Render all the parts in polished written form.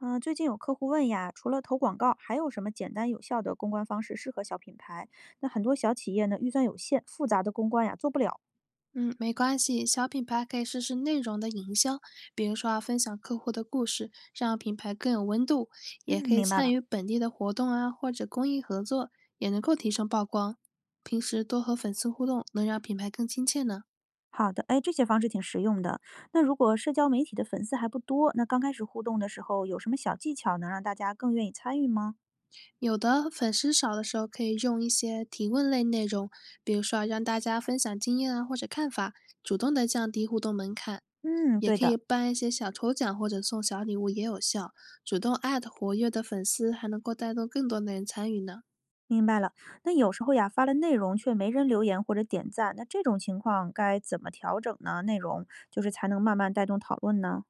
嗯，最近有客户问呀，除了投广告，还有什么简单有效的公关方式适合小品牌？那很多小企业呢，预算有限，复杂的公关呀做不了。嗯，没关系，小品牌可以试试内容的营销，比如说啊，分享客户的故事，让品牌更有温度，嗯，也可以明白参了。与本地的活动啊，或者公益合作，也能够提升曝光。平时多和粉丝互动，能让品牌更亲切呢。好的，哎，这些方式挺实用的。那如果社交媒体的粉丝还不多，那刚开始互动的时候，有什么小技巧能让大家更愿意参与吗？有的，粉丝少的时候可以用一些提问类内容，比如说啊让大家分享经验啊或者看法，主动的降低互动门槛。嗯，也对可以的，办一些小抽奖或者送小礼物也有效，主动艾特活跃的粉丝还能够带动更多的人参与呢。明白了。那有时候呀，发了内容却没人留言或者点赞，那这种情况该怎么调整呢？内容就是才能慢慢带动讨论呢？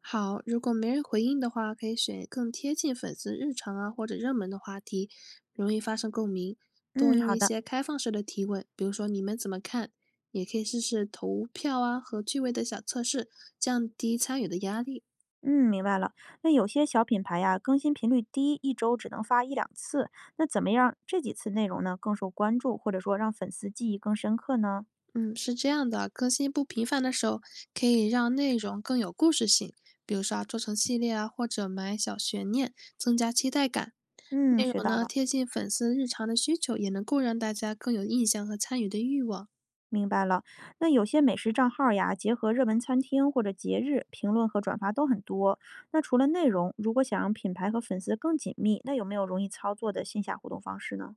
好，如果没人回应的话，可以选更贴近粉丝日常啊或者热门的话题，容易发生共鸣。多嗯，用好一的。些开放式的提问，比如说你们怎么看？也可以试试投票啊和趣味的小测试，降低参与的压力。嗯，明白了。那有些小品牌呀，更新频率低，一周只能发一两次。那怎么样这几次内容呢更受关注，或者说让粉丝记忆更深刻呢？嗯，是这样的，更新不频繁的时候，可以让内容更有故事性，比如说啊做成系列啊，或者埋小悬念，增加期待感。嗯，内学容到呢了，贴近粉丝日常的需求，也能够让大家更有印象和参与的欲望。明白了。那有些美食账号呀，结合热门餐厅或者节日，评论和转发都很多。那除了内容，如果想让品牌和粉丝更紧密，那有没有容易操作的线下活动方式呢？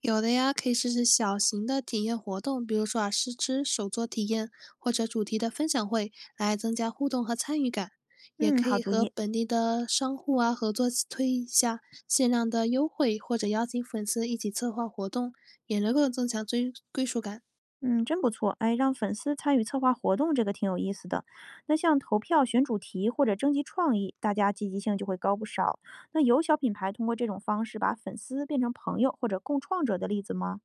有的呀，可以试试小型的体验活动，比如说啊，试吃、手作体验或者主题的分享会，来增加互动和参与感。也嗯，可好以主和意。本地的商户啊合作推一下限量的优惠，或者邀请粉丝一起策划活动，也能够增强追归属感。嗯，真不错，哎，让粉丝参与策划活动，这个挺有意思的。那像投票选主题或者征集创意，大家积极性就会高不少。那有小品牌通过这种方式把粉丝变成朋友或者共创者的例子吗？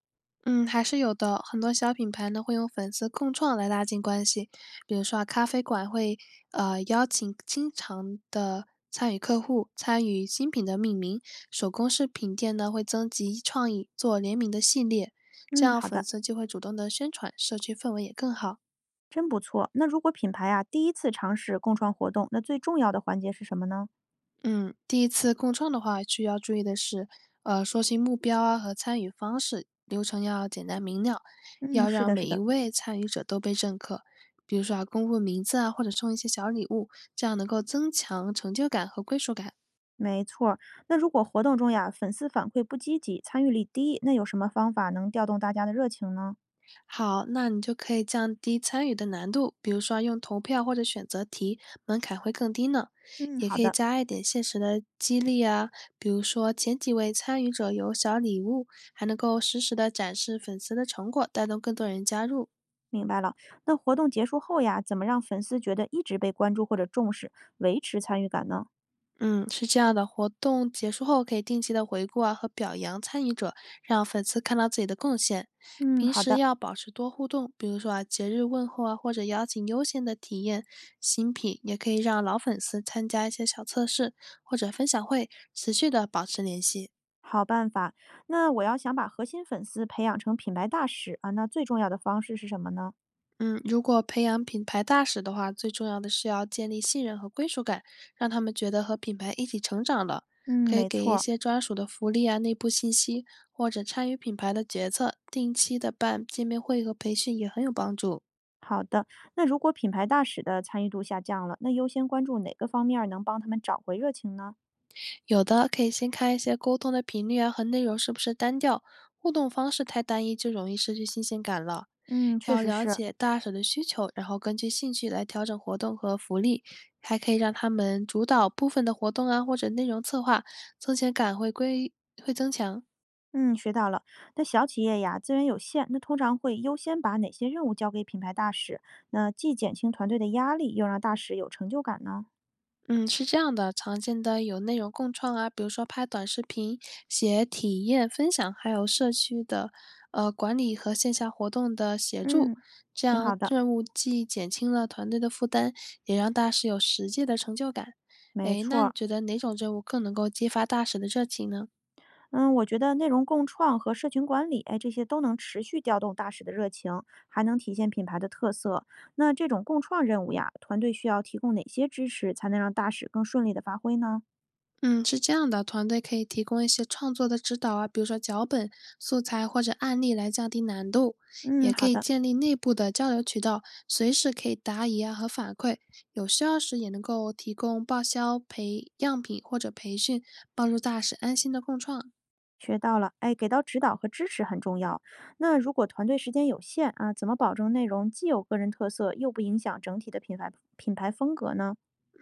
嗯，还是有的。很多小品牌呢会用粉丝共创来拉近关系，比如说啊，咖啡馆会邀请经常的参与客户参与新品的命名，手工饰品店呢会征集创意做联名的系列，这嗯，样好粉的，丝就会主动的宣传，社区氛围也更好。真不错。那如果品牌啊第一次尝试共创活动，那最重要的环节是什么呢？嗯，第一次共创的话，需要注意的是，说清目标啊和参与方式，流程要简单明了，嗯，要是让的，每是一的，位参与者都被认可。比如说啊，公布名字啊，或者送一些小礼物，这样能够增强成就感和归属感。没错儿。那如果活动中呀粉丝反馈不积极，参与率低，那有什么方法能调动大家的热情呢？好，那你就可以降低参与的难度，比如说用投票或者选择题，门槛会更低呢。嗯，也好可以的。加一点现实的激励啊，比如说前几位参与者有小礼物，还能够实时的展示粉丝的成果，带动更多人加入。明白了。那活动结束后呀，怎么让粉丝觉得一直被关注或者重视，维持参与感呢？嗯，是这样的，活动结束后可以定期的回顾啊和表扬参与者，让粉丝看到自己的贡献。嗯，平好时的，要保持多互动，比如说啊节日问候啊，或者邀请优先的体验新品，也可以让老粉丝参加一些小测试或者分享会，持续的保持联系。好办法。那我要想把核心粉丝培养成品牌大使啊，那最重要的方式是什么呢？嗯，如果培养品牌大使的话，最重要的是要建立信任和归属感，让他们觉得和品牌一起成长了。嗯，可以没给错一儿。些专属的福利啊、内部信息，或者参与品牌的决策，定期的办见面会和培训也很有帮助。好的，那如果品牌大使的参与度下降了，那优先关注哪个方面儿能帮他们找回热情呢？有的可以先看一些沟通的频率啊和内容是不是单调，互动方式太单一就容易失去新鲜感了。嗯，确要实了是。解大手的需求，然后根据兴趣来调整活动和福利，还可以让他们主导部分的活动啊或者内容策划，增强感会归会增强。嗯，学到了。那小企业呀，资源有限，那通常会优先把哪些任务交给品牌大使？那既减轻团队的压力，又让大使有成就感呢？嗯，是这样的，常见的有内容共创啊，比如说拍短视频、写体验分享，还有社区的管理和线下活动的协助，嗯，这挺样好的，任务既减轻了团队的负担，也让大使有实际的成就感。没诶，错那你儿。觉得哪种任务更能够激发大使的热情呢？嗯，我觉得内容共创和社群管理，哎，这些都能持续调动大使的热情，还能体现品牌的特色。那这种共创任务呀，团队需要提供哪些支持，才能让大使更顺利的发挥呢？嗯，是这样的，团队可以提供一些创作的指导啊，比如说脚本、素材或者案例来降低难度，嗯，也可好以的。建立内部的交流渠道，随时可以答疑啊和反馈，有需要时也能够提供报销、培样品或者培训，帮助大使安心的共创。学到了，哎，给到指导和支持很重要。那如果团队时间有限啊，怎么保证内容既有个人特色，又不影响整体的品牌风格呢？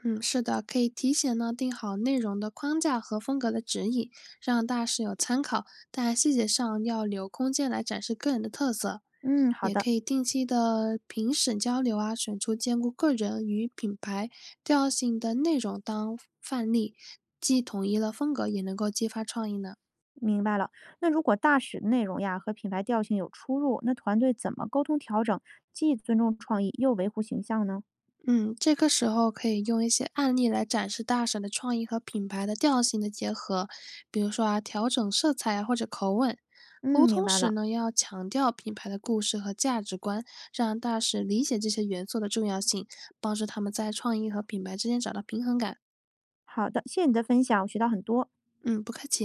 嗯，是的，可以提前呢定好内容的框架和风格的指引，让大师有参考，但细节上要留空间来展示个人的特色。嗯，好也的，可以定期的评审交流啊，选出兼顾个人与品牌调性的内容当范例，既统一了风格，也能够激发创意呢。明白了。那如果大使的内容呀和品牌调性有出入，那团队怎么沟通调整，既尊重创意又维护形象呢？嗯，这个时候可以用一些案例来展示大婶的创意和品牌的调性的结合，比如说啊，调整色彩啊或者口吻。沟嗯，明通白时了。呢，要强调品牌的故事和价值观，让大使理解这些元素的重要性，帮助他们在创意和品牌之间找到平衡感。好的，谢谢你的分享，我学到很多。嗯，不客气。